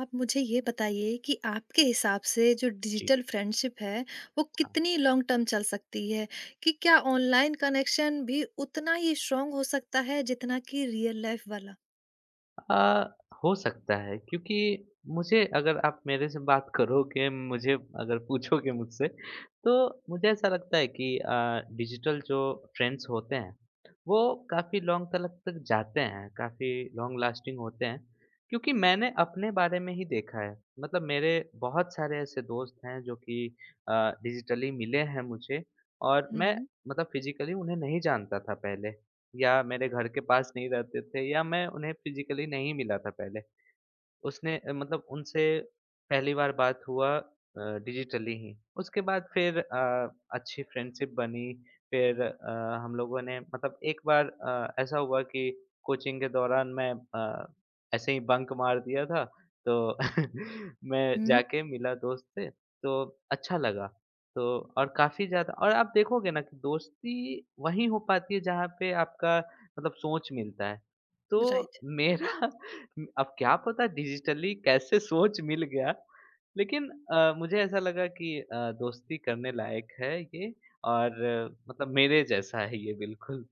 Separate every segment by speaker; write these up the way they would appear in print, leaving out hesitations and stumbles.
Speaker 1: आप मुझे ये बताइए कि आपके हिसाब से जो
Speaker 2: जी,
Speaker 1: डिजिटल फ्रेंडशिप है, वो
Speaker 2: हाँ।
Speaker 1: कितनी लॉन्ग टर्म चल सकती है? कि क्या ऑनलाइन कनेक्शन भी उतना ही स्ट्रॉन्ग हो सकता है जितना कि रियल लाइफ वाला?
Speaker 2: अ, हो सकता है क्योंकि मुझे अगर आप मेरे से बात करोगे मुझे अगर पूछोगे मुझसे तो मुझे ऐसा लगता है कि डिजिटल जो ट्रेंड्स होते हैं वो काफ़ी लॉन्ग तलक तक जाते हैं, काफ़ी लॉन्ग लास्टिंग होते हैं। क्योंकि मैंने अपने बारे में ही देखा है, मतलब मेरे बहुत सारे ऐसे दोस्त हैं जो कि अ, डिजिटली मिले हैं मुझे और मैं
Speaker 1: हुँ।
Speaker 2: मतलब फिज़िकली उन्हें नहीं जानता था पहले। या मेरे घर के पास नहीं रहते थे या मैं उन्हें फ़िज़िकली नहीं मिला था पहले। उसने मतलब उनसे पहली बार बात हुआ डिजिटली ही। उसके बाद फिर अच्छी फ्रेंडशिप बनी, फिर हम लोगों ने मतलब एक बार ऐसा हुआ कि कोचिंग के दौरान मैं ऐसे ही बंक मार दिया था, तो मैं
Speaker 1: हुँ।
Speaker 2: जाके मिला दोस्त से, तो अच्छा लगा। तो और काफ़ी ज़्यादा और आप देखोगे ना कि दोस्ती वहीं हो पाती है जहाँ पे आपका मतलब सोच मिलता है। तो
Speaker 1: राइट।
Speaker 2: मेरा अब क्या पता डिजिटली कैसे सोच मिल गया। लेकिन मुझे ऐसा लगा कि दोस्ती करने लायक है ये और मतलब मेरे जैसा है ये बिल्कुल।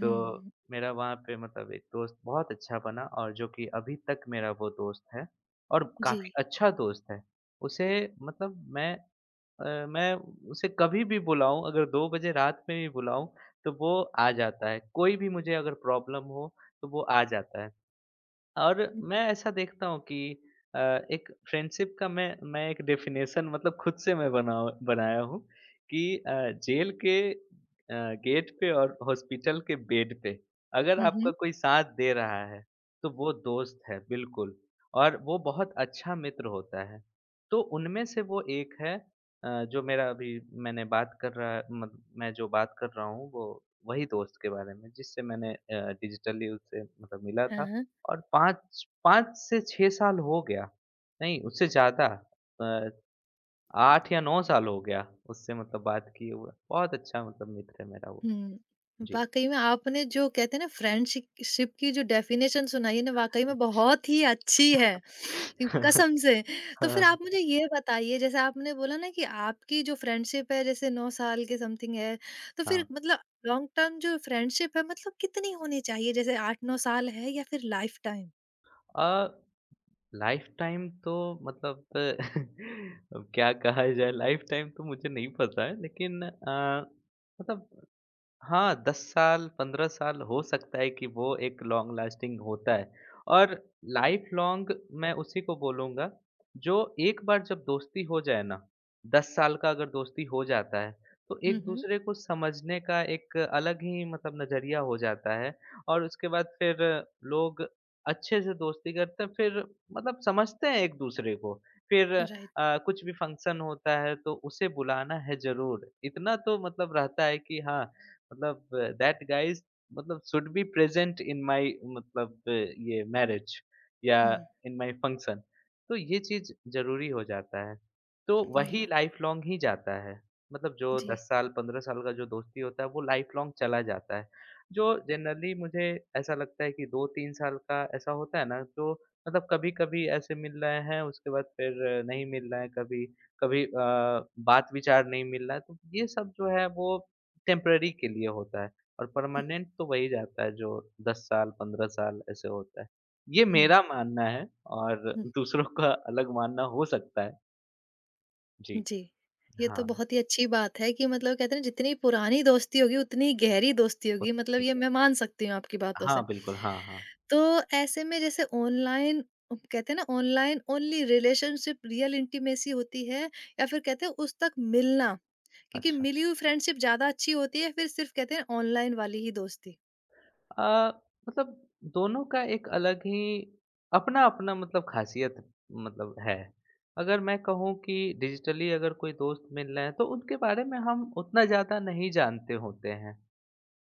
Speaker 2: तो मेरा वहाँ पे मतलब एक दोस्त बहुत अच्छा बना और जो कि अभी तक मेरा वो दोस्त है और
Speaker 1: जी।
Speaker 2: काफ़ी अच्छा दोस्त है। उसे मतलब मैं उसे कभी भी बुलाऊँ अगर 2 बजे रात में भी बुलाऊँ, तो वो आ जाता है। कोई भी मुझे अगर प्रॉब्लम हो, तो वो आ जाता है। और मैं ऐसा देखता हूँ कि अ, एक फ्रेंडशिप का मैं एक डेफिनेशन मतलब खुद से मैं बनाओ बनाया हूँ कि जेल के गेट पे और हॉस्पिटल के बेड पे अगर
Speaker 1: हुँ।
Speaker 2: आपका
Speaker 1: हुँ।
Speaker 2: कोई साथ दे रहा है, तो वो दोस्त है बिल्कुल और वो बहुत अच्छा मित्र होता है। तो उनमें से वो एक है, जो मेरा अभी मैंने बात कर रहा मत मैं जो बात कर रहा हूँ वो वही दोस्त के बारे में जिससे मैंने डिजिटली उससे मतलब मिला था।
Speaker 1: हाँ।
Speaker 2: और 5 5 से 6 साल हो गया, नहीं उससे ज़्यादा, अ, 8 या 9 साल हो गया उससे मतलब बात किए हुए। बहुत अच्छा मतलब मित्र है मेरा वो।
Speaker 1: हुँ।
Speaker 2: जी।
Speaker 1: वाक़ई में आपने जो कहते हैं ना फ्रेंडशिप शिप की जो डेफ़िनेशन सुनाई है ना वाक़ई में बहुत ही अच्छी है। यू कसम से। तो फिर
Speaker 2: हाँ,
Speaker 1: आप मुझे ये बताइए जैसे आपने बोला ना कि आपकी जो फ्रेंडशिप है जैसे 9 साल के समथिंग है, तो फिर
Speaker 2: हाँ।
Speaker 1: मतलब लॉन्ग टर्म जो फ्रेंडशिप है मतलब कितनी होनी चाहिए जैसे 8-9 साल है या फिर लाइफ टाइम?
Speaker 2: अ, लाइफ़टाइम तो मतलब अब क्या कहा जाए, लाइफ़टाइम तो मुझे नहीं पता है, लेकिन मतलब हाँ, 10 साल, 15 साल हो सकता है कि वो एक लॉन्ग लास्टिंग होता है। और लाइफ लॉन्ग मैं उसी को बोलूँगा, जो एक बार जब दोस्ती हो जाए ना, 10 साल का अगर दोस्ती हो जाता है, तो
Speaker 1: हुँ, हुँ।
Speaker 2: एक-दूसरे को समझने का एक अलग ही मतलब नज़रिया हो जाता है। और उसके बाद फिर लोग अच्छे से दोस्ती करते हैं, फिर मतलब समझते हैं एक-दूसरे को। फिर
Speaker 1: राइट।
Speaker 2: कुछ भी फंक्शन होता है, तो उसे बुलाना है ज़रूर। इतना तो मतलब रहता है कि हाँ, मतलब दैट गाइज मतलब should be present in my मतलब ये मैरिज या
Speaker 1: हुँ।
Speaker 2: In my function. तो ये चीज जरूरी हो जाता है, तो
Speaker 1: जी।
Speaker 2: वही लाइफ लॉन्ग ही जाता है, मतलब जो
Speaker 1: जी।
Speaker 2: 10 साल 15 साल का जो दोस्ती होता है वो लाइफ लॉन्ग चला जाता है। जो जनरली मुझे ऐसा लगता है कि 2-3 साल का ऐसा होता है ना, जो मतलब कभी कभी ऐसे मिल रहे हैं, उसके बाद फिर नहीं मिल रहे हैं, कभी कभी बात विचार नहीं मिल रहा है, तो ये सब जो है वो टेम्परेरी के लिए होता है। और
Speaker 1: हुँ।
Speaker 2: परमानेंट तो वही जाता है जो 10 साल 15 साल ऐसे होता है। ये
Speaker 1: हुँ।
Speaker 2: मेरा मानना है और
Speaker 1: हुँ।
Speaker 2: दूसरों का अलग मानना हो सकता है। जी।
Speaker 1: जी। ये तो
Speaker 2: हाँ,
Speaker 1: बहुत ही अच्छी बात है कि मतलब कहते हैं ना जितनी पुरानी दोस्ती होगी उतनी गहरी दोस्ती
Speaker 2: वो
Speaker 1: होगी
Speaker 2: तो
Speaker 1: मतलब
Speaker 2: ठीक
Speaker 1: ये
Speaker 2: है।
Speaker 1: मैं मान सकती हूँ आपकी बातों से।
Speaker 2: हाँ, बिल्कुल। हाँ, हाँ।
Speaker 1: तो ऐसे में जैसे ऑनलाइन कहते हैं ना online only relationship real intimacy होती है या फिर कहते हैं उस तक मिलना क्योंकि
Speaker 2: अच्छा।
Speaker 1: मिली हुई फ्रेंडशिप ज्यादा अच्छी होती है फिर सिर्फ कहते हैं ऑनलाइन वाली ही दोस्ती।
Speaker 2: अ, मतलब दोनों का एक अलग ही अपना-अपना मतलब ख़ासियत मतलब है। अगर मैं कहूँ कि डिजिटली अगर कोई दोस्त मिल रहे हैं तो उनके बारे में हम उतना ज़्यादा नहीं जानते होते हैं।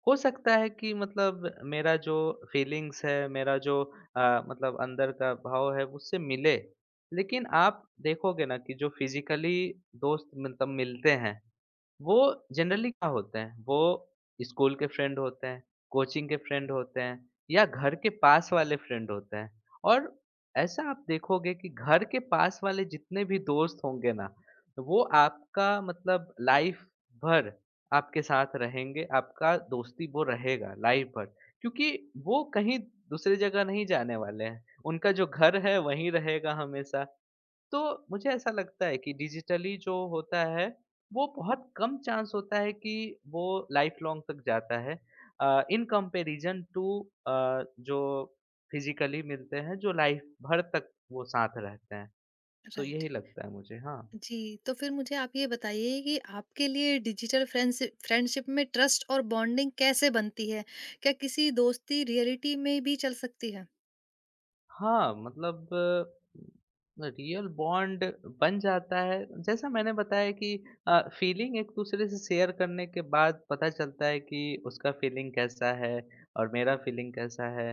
Speaker 2: हो सकता है कि मतलब मेरा जो फीलिंग्स है, मेरा जो मतलब अंदर का भाव है उससे मिले। लेकिन आप देखोगे ना कि जो फिज़िकली दोस्त मतलब मिलते हैं, वो जनरली क्या होते हैं, वो स्कूल के फ्रेंड होते हैं, कोचिंग के फ्रेंड होते हैं या घर के पास वाले फ्रेंड होते हैं। और ऐसा आप देखोगे कि घर के पास वाले जितने भी दोस्त होंगे ना, वो आपका मतलब लाइफ भर आपके साथ रहेंगे, आपका दोस्ती वो रहेगा लाइफ भर। क्योंकि वो कहीं दूसरी जगह नहीं जाने वाले हैं, उनका जो घर है वहीं रहेगा हमेशा। तो मुझे ऐसा लगता है कि डिजिटली जो होता है वो बहुत कम चांस होता है कि वो लाइफ लॉन्ग तक जाता है, इन कंपैरिजन टू जो फिजिकली मिलते हैं जो लाइफ भर तक वो साथ रहते हैं। तो
Speaker 1: राइट।
Speaker 2: यही लगता है मुझे, हाँ।
Speaker 1: जी। तो फिर मुझे आप ये बताइए कि आपके लिए डिजिटल फ्रेंडशिप फ्रेंडशिप में ट्रस्ट और बॉन्डिंग कैसे बनती है? क्या किसी दोस्ती रियलिटी में भी चल सकती है?
Speaker 2: हाँ, मतलब रियल बॉन्ड बन जाता है। जैसा मैंने बताया कि फ़ीलिंग एक-दूसरे से शेयर करने के बाद पता चलता है कि उसका फ़ीलिंग कैसा है और मेरा फ़ीलिंग कैसा है।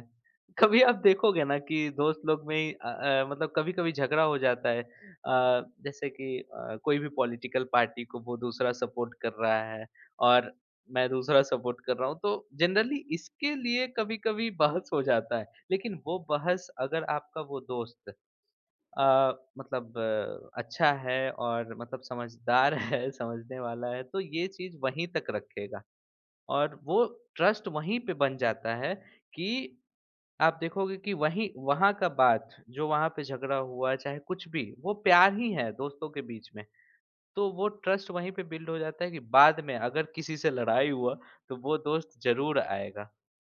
Speaker 2: कभी आप देखोगे ना कि दोस्त लोग में ही मतलब कभी-कभी झगड़ा हो जाता है। जैसे कि कोई भी पॉलिटिकल पार्टी को वो दूसरा सपोर्ट कर रहा है और मैं दूसरा सपोर्ट कर रहा हूँ, तो जनरली इसके लिए कभी-कभी बहस हो जाता है। लेकिन वो बहस, अगर आपका वो दोस्त अ, मतलब अच्छा है और मतलब समझदार है, समझने वाला है, तो ये चीज़ वहीं तक रखेगा। और वो ट्रस्ट वहीं पे बन जाता है कि आप देखोगे कि वहीं वहाँ का बात, जो वहाँ पे झगड़ा हुआ, चाहे कुछ भी, वो प्यार ही है दोस्तों के बीच में। तो वो ट्रस्ट वहीं पे बिल्ड हो जाता है कि बाद में अगर किसी से लड़ाई हुआ तो वो दोस्त ज़रूर आएगा।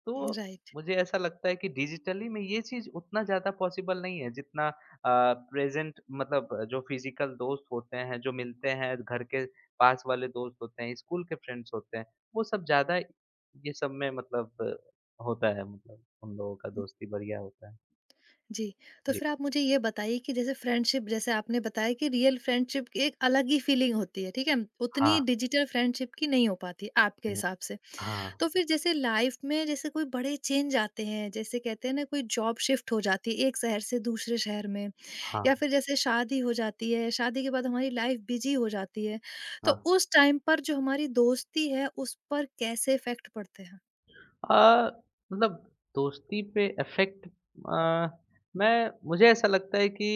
Speaker 2: तो
Speaker 1: राइट।
Speaker 2: मुझे ऐसा लगता है कि डिजिटली में ये चीज़ उतना ज़्यादा पॉसिबल नहीं है जितना प्रेज़ेंट मतलब जो फ़िज़िकल दोस्त होते हैं, जो मिलते हैं, घर के पास वाले दोस्त होते हैं, स्कूल के फ्रेंड्स होते हैं, वो सब ज़्यादा ये सब में मतलब होता है, मतलब उन लोगों का दोस्ती बढ़िया होता है।
Speaker 1: जी। तो
Speaker 2: जी।
Speaker 1: फिर आप मुझे ये बताइए कि जैसे फ्रेंडशिप जैसे आपने बताया कि रियल फ्रेंडशिप की एक अलग ही फीलिंग होती है, ठीक है?
Speaker 2: हाँ,
Speaker 1: उतनी डिजिटल फ्रेंडशिप की नहीं हो पाती आपके
Speaker 2: हुँ।
Speaker 1: हिसाब से।
Speaker 2: हाँ,
Speaker 1: तो फिर जैसे लाइफ में जैसे कोई बड़े चेंज आते हैं, जैसे कहते हैं ना कोई जॉब शिफ्ट हो जाती है एक शहर से दूसरे शहर में,
Speaker 2: हाँ,
Speaker 1: या फिर जैसे शादी हो जाती है, शादी के बाद हमारी लाइफ बिजी हो जाती है। तो
Speaker 2: हाँ।
Speaker 1: उस टाइम पर जो हमारी दोस्ती है, उस पर कैसे इफ़ेक्ट पड़ते हैं?
Speaker 2: अ, मतलब दोस्ती पे इफ़ेक्ट मैं मुझे ऐसा लगता है कि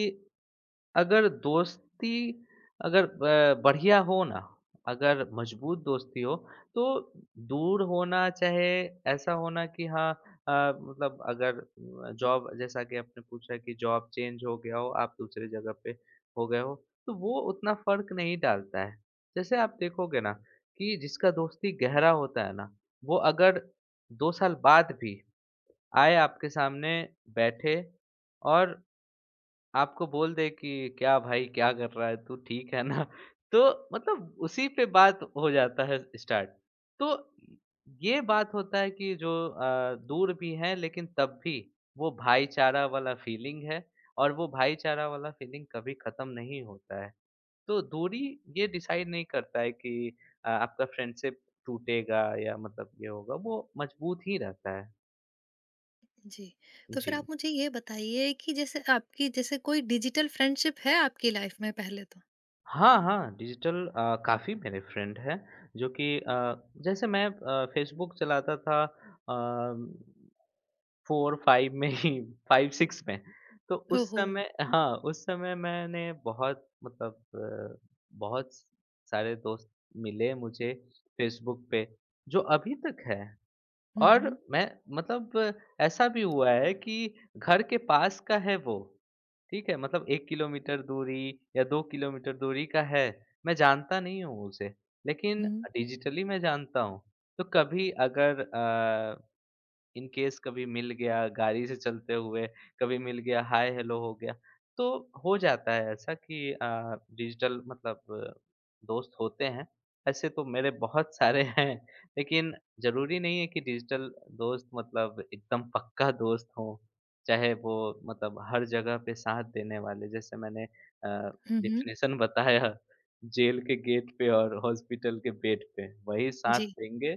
Speaker 2: अगर दोस्ती, अगर बढ़िया हो ना, अगर मजबूत दोस्ती हो, तो दूर होना चाहे, ऐसा होना कि हाँ अ, मतलब अगर जॉब, जैसा कि आपने पूछा कि जॉब चेंज हो गया हो, आप दूसरे जगह पे हो गए हो, तो वो उतना फ़र्क नहीं डालता है। जैसे आप देखोगे ना कि जिसका दोस्ती गहरा होता है ना, वो अगर 2 साल बाद भी आए आपके सामने बैठे और आपको बोल दे कि क्या भाई क्या कर रहा है तू, ठीक है ना? तो मतलब उसी पे बात हो जाता है स्टार्ट। तो ये बात होता है कि जो दूर भी हैं लेकिन तब भी वो भाईचारा वाला फीलिंग है और वो भाईचारा वाला फीलिंग कभी खत्म नहीं होता है। तो दूरी ये डिसाइड नहीं करता है कि आपका फ्रेंडशिप टूटेगा या मतलब ये होगा, वो मजबूत ही रहता है।
Speaker 1: जी। तो फिर
Speaker 2: जी।
Speaker 1: आप मुझे ये बताइए कि जैसे आपकी जैसे कोई डिजिटल फ्रेंडशिप है आपकी लाइफ में पहले तो?
Speaker 2: हाँ, हाँ, डिजिटल काफ़ी मेरे फ्रेंड हैं जो कि जैसे मैं फ़ेसबुक चलाता था अम, 4-5 में ही, 5-6 में। तो उस
Speaker 1: ओहो!
Speaker 2: समय हाँ, उस समय मैंने बहुत मतलब बहुत सारे दोस्त मिले मुझे फ़ेसबुक पे, जो अभी तक हैं।
Speaker 1: हुँ,
Speaker 2: और
Speaker 1: हुँ।
Speaker 2: मैं मतलब ऐसा भी हुआ है कि घर के पास का है वो, ठीक है? मतलब 1 किलोमीटर दूरी या 2 किलोमीटर दूरी का है, मैं जानता नहीं हूँ उसे, लेकिन
Speaker 1: हुँ,
Speaker 2: डिजिटली मैं जानता हूँ। तो कभी अगर इन केस कभी मिल गया गाड़ी से चलते हुए, कभी मिल गया, हाय हेलो हो गया। तो हो जाता है ऐसा कि डिजिटल मतलब दोस्त होते हैं। ऐसे तो मेरे बहुत सारे हैं, लेकिन ज़रूरी नहीं है कि डिजिटल दोस्त मतलब एकदम पक्का दोस्त हो। चाहे वो मतलब हर जगह पे साथ देने वाले, जैसे मैंने
Speaker 1: हुँ। हुँ।
Speaker 2: डेफ़िनेशन बताया, जेल के गेट पे और हॉस्पिटल के बेड पे, वही साथ
Speaker 1: जी।
Speaker 2: देंगे।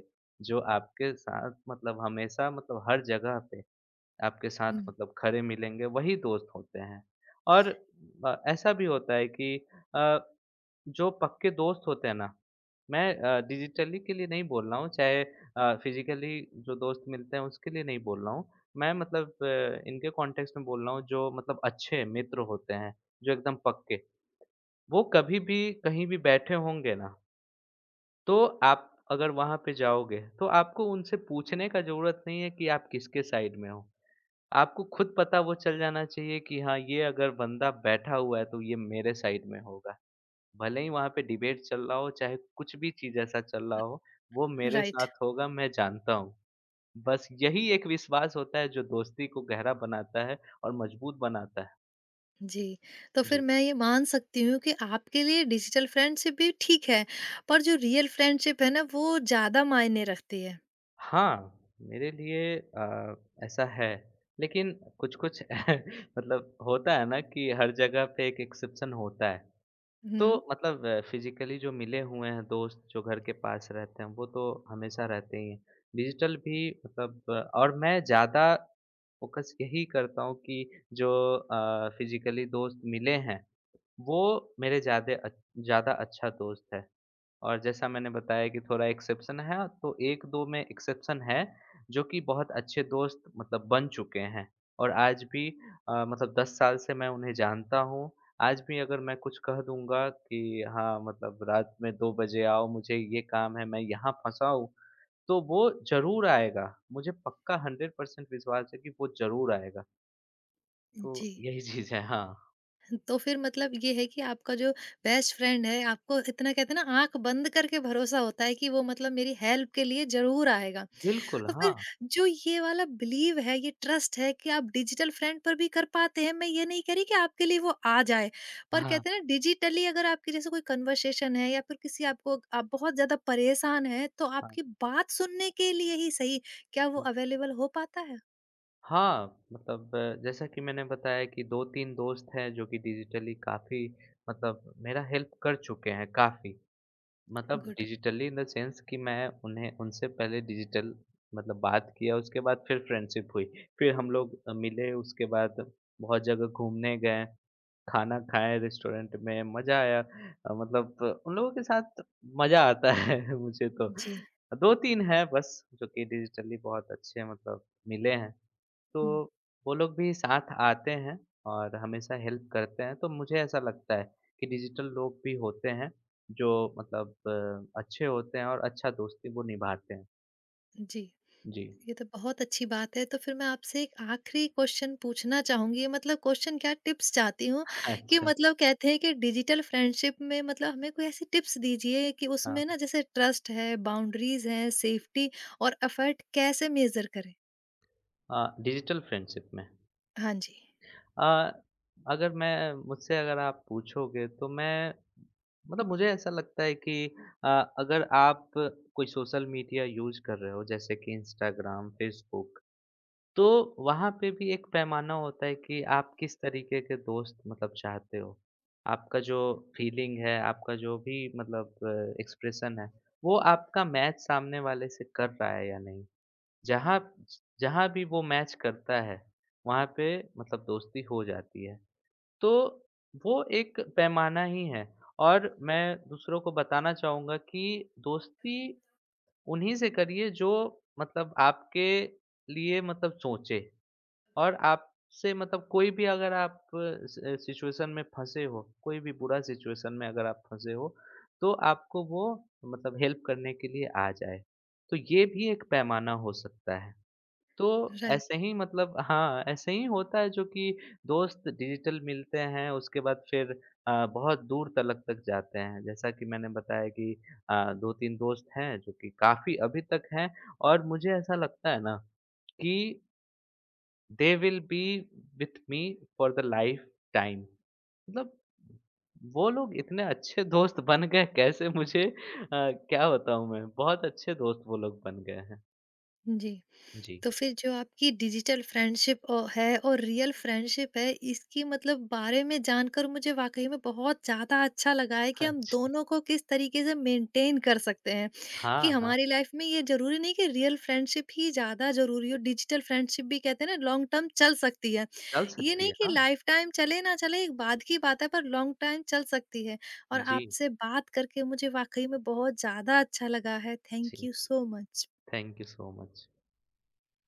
Speaker 2: जो आपके साथ मतलब हमेशा मतलब हर जगह पे आपके
Speaker 1: हुँ।
Speaker 2: साथ मतलब खड़े मिलेंगे, वही दोस्त होते हैं। और ऐसा भी होता है कि अ, जो पक्के दोस्त होते हैं ना, मैं डिजिटली के लिए नहीं बोल रहा हूँ, चाहे फिज़िकली जो दोस्त मिलते हैं उसके लिए नहीं बोल रहा हूँ। मैं मतलब इनके कॉन्टेक्स्ट में बोल रहा हूँ, जो मतलब अच्छे मित्र होते हैं, जो एकदम पक्के। वो कभी भी कहीं भी बैठे होंगे ना, तो आप अगर वहाँ पे जाओगे, तो आपको उनसे पूछने का ज़रूरत नहीं है कि आप किसके साइड में हो। आपको खुद पता वो चल जाना चाहिए कि हाँ, ये अगर बंदा बैठा हुआ है तो ये मेरे साइड में होगा। भले ही वहाँ पे डिबेट चल रहा हो, चाहे कुछ भी चीज़ ऐसा चल रहा हो, वो मेरे
Speaker 1: राइट।
Speaker 2: साथ होगा, मैं जानता हूँ। बस यही एक विश्वास होता है जो दोस्ती को गहरा बनाता है और मजबूत बनाता है।
Speaker 1: जी। तो फिर
Speaker 2: जी।
Speaker 1: मैं ये मान सकती हूँ कि आपके लिए डिजिटल फ्रेंडशिप भी ठीक है, पर जो रियल फ्रेंडशिप है ना वो ज़्यादा मायने रखती है।
Speaker 2: हाँ, मेरे लिए ऐसा है, लेकिन कुछ-कुछ मतलब होता है ना कि हर जगह पे एक एक्सेप्शन होता है। तो
Speaker 1: हुँ।
Speaker 2: मतलब फिज़िकली जो मिले हुए हैं दोस्त, जो घर के पास रहते हैं, वो तो हमेशा रहते ही हैं। डिजिटल भी मतलब और मैं ज़्यादा फ़ोकस यही करता हूँ कि जो फिज़िकली दोस्त मिले हैं, वो मेरे ज़्यादा अच्छा दोस्त है। और जैसा मैंने बताया कि थोड़ा एक्सेप्शन है, तो 1-2 में एक्सेप्शन है, जो कि बहुत अच्छे दोस्त मतलब बन चुके हैं। और आज भी मतलब 10 साल से मैं उन्हें जानता हूँ। आज भी अगर मैं कुछ कह दूँगा कि हाँ, मतलब रात में 2 बजे आओ, मुझे ये काम है, मैं यहाँ फँसा हूँ, तो वो ज़रूर आएगा। मुझे पक्का 100% विश्वास है कि वो ज़रूर आएगा। तो
Speaker 1: जी।
Speaker 2: यही चीज़ है, हाँ।
Speaker 1: तो फिर मतलब ये है कि आपका जो बेस्ट फ्रेंड है आपको इतना कहते हैं ना आँख बंद करके भरोसा होता है कि वो मतलब मेरी हेल्प के लिए ज़रूर आएगा।
Speaker 2: बिल्कुल,
Speaker 1: तो
Speaker 2: हाँ।
Speaker 1: फिर जो ये वाला बिलीव है, ये ट्रस्ट है कि आप डिजिटल फ्रेंड पर भी कर पाते हैं। मैं ये नहीं कह रही कि आपके लिए वो आ जाए, पर
Speaker 2: हाँ,
Speaker 1: कहते हैं ना डिजिटली अगर आपके जैसे कोई कन्वर्सेशन है या फिर किसी आपको आप बहुत ज़्यादा परेशान हैं, तो
Speaker 2: हाँ।
Speaker 1: आपकी बात सुनने के लिए ही सही, क्या वो
Speaker 2: हाँ।
Speaker 1: अवेलेबल हो पाता है?
Speaker 2: हाँ, मतलब जैसा कि मैंने बताया कि 2-3 दोस्त हैं जो कि डिजिटली काफ़ी मतलब मेरा हेल्प कर चुके हैं काफ़ी। मतलब
Speaker 1: good.
Speaker 2: Digitally in the sense कि मैं उन्हें, उनसे पहले डिजिटल मतलब बात किया, उसके बाद फिर फ्रेंडशिप हुई। फिर हम लोग मिले, उसके बाद बहुत जगह घूमने गए, खाना खाए रेस्टोरेंट में, मज़ा आया। मतलब उन लोगों के साथ मज़ा आता है मुझे तो।
Speaker 1: जी।
Speaker 2: 2-3 हैं बस जो कि डिजिटली बहुत अच्छे मतलब मिले हैं। तो
Speaker 1: हुँ।
Speaker 2: वो लोग भी साथ आते हैं और हमेशा हेल्प करते हैं। तो मुझे ऐसा लगता है कि डिजिटल लोग भी होते हैं जो मतलब अच्छे होते हैं और अच्छा दोस्ती वो निभाते हैं।
Speaker 1: जी।
Speaker 2: जी।
Speaker 1: ये तो बहुत अच्छी बात है। तो फिर मैं आपसे एक आखिरी क्वेश्चन पूछना चाहूँगी मतलब क्वेश्चन क्या टिप्स चाहती हूँ कि
Speaker 2: अच्छा,
Speaker 1: मतलब कहते हैं कि डिजिटल फ्रेंडशिप में मतलब हमें कोई ऐसी टिप्स दीजिए कि
Speaker 2: हाँ।
Speaker 1: उसमें ना जैसे ट्रस्ट है, बाउंड्रीज़ हैं, सेफ्टी और एफर्ट कैसे मेज़र करें?
Speaker 2: अ, डिजिटल फ्रेंडशिप में
Speaker 1: हाँ जी।
Speaker 2: अ, अगर मैं मुझसे अगर आप पूछोगे तो मैं मतलब मुझे ऐसा लगता है कि अ, अगर आप कोई सोशल मीडिया यूज़ कर रहे हो, जैसे कि इंस्टाग्राम, फ़ेसबुक, तो वहाँ पे भी एक पैमाना होता है कि आप किस तरीके के दोस्त मतलब चाहते हो। आपका जो फीलिंग है, आपका जो भी मतलब एक्सप्रेशन है, वो आपका मैच सामने वाले से कर रहा है या नहीं। जहाँ जहाँ भी वो मैच करता है, वहाँ पे मतलब दोस्ती हो जाती है। तो वो एक पैमाना ही है। और मैं दूसरों को बताना चाहूँगा कि दोस्ती उन्हीं से करिए जो मतलब आपके लिए मतलब सोचे। और आपसे मतलब कोई भी अगर आप सि सिचुएशन में फँसे हो, कोई भी बुरा सिचुएशन में अगर आप फँसे हो, तो आपको वो मतलब हेल्प करने के लिए आ जाए। तो ये भी एक पैमाना हो सकता है। तो ऐसे
Speaker 1: राइट।
Speaker 2: ही मतलब हाँ, ऐसे ही होता है जो कि दोस्त डिजिटल मिलते हैं, उसके बाद फिर बहुत दूर तलक तक जाते हैं। जैसा कि मैंने बताया कि अ, 2-3 दोस्त हैं जो कि काफ़ी अभी तक हैं और मुझे ऐसा लगता है ना कि they will be with me for the lifetime, मतलब वो लोग इतने अच्छे दोस्त बन गए, कैसे, मुझे क्या बताऊं, मैं, बहुत अच्छे दोस्त वो लोग बन गए हैं।
Speaker 1: जी।
Speaker 2: जी।
Speaker 1: तो फिर जो आपकी डिजिटल फ्रेंडशिप है और रियल फ्रेंडशिप है इसकी मतलब बारे में जानकर मुझे वाकई में बहुत ज़्यादा अच्छा लगा है कि हम
Speaker 2: अच्छा,
Speaker 1: दोनों को किस तरीके से मेंटेन कर सकते हैं कि
Speaker 2: हाँ, हाँ।
Speaker 1: हमारी लाइफ में ये ज़रूरी नहीं कि रियल फ्रेंडशिप ही ज़्यादा ज़रूरी हो, डिजिटल फ्रेंडशिप भी कहते हैं ना लॉन्ग टर्म चल सकती है।
Speaker 2: चल
Speaker 1: ये
Speaker 2: सकती
Speaker 1: नहीं
Speaker 2: है,
Speaker 1: कि
Speaker 2: हाँ।
Speaker 1: लाइफ टाइम चले ना चले एक बाद की बात है पर लॉन्ग टाइम चल सकती है। और
Speaker 2: जी।
Speaker 1: आपसे बात करके मुझे वाकई में बहुत ज़्यादा अच्छा लगा है। थैंक
Speaker 2: जी।
Speaker 1: You so much.
Speaker 2: Thank you so much.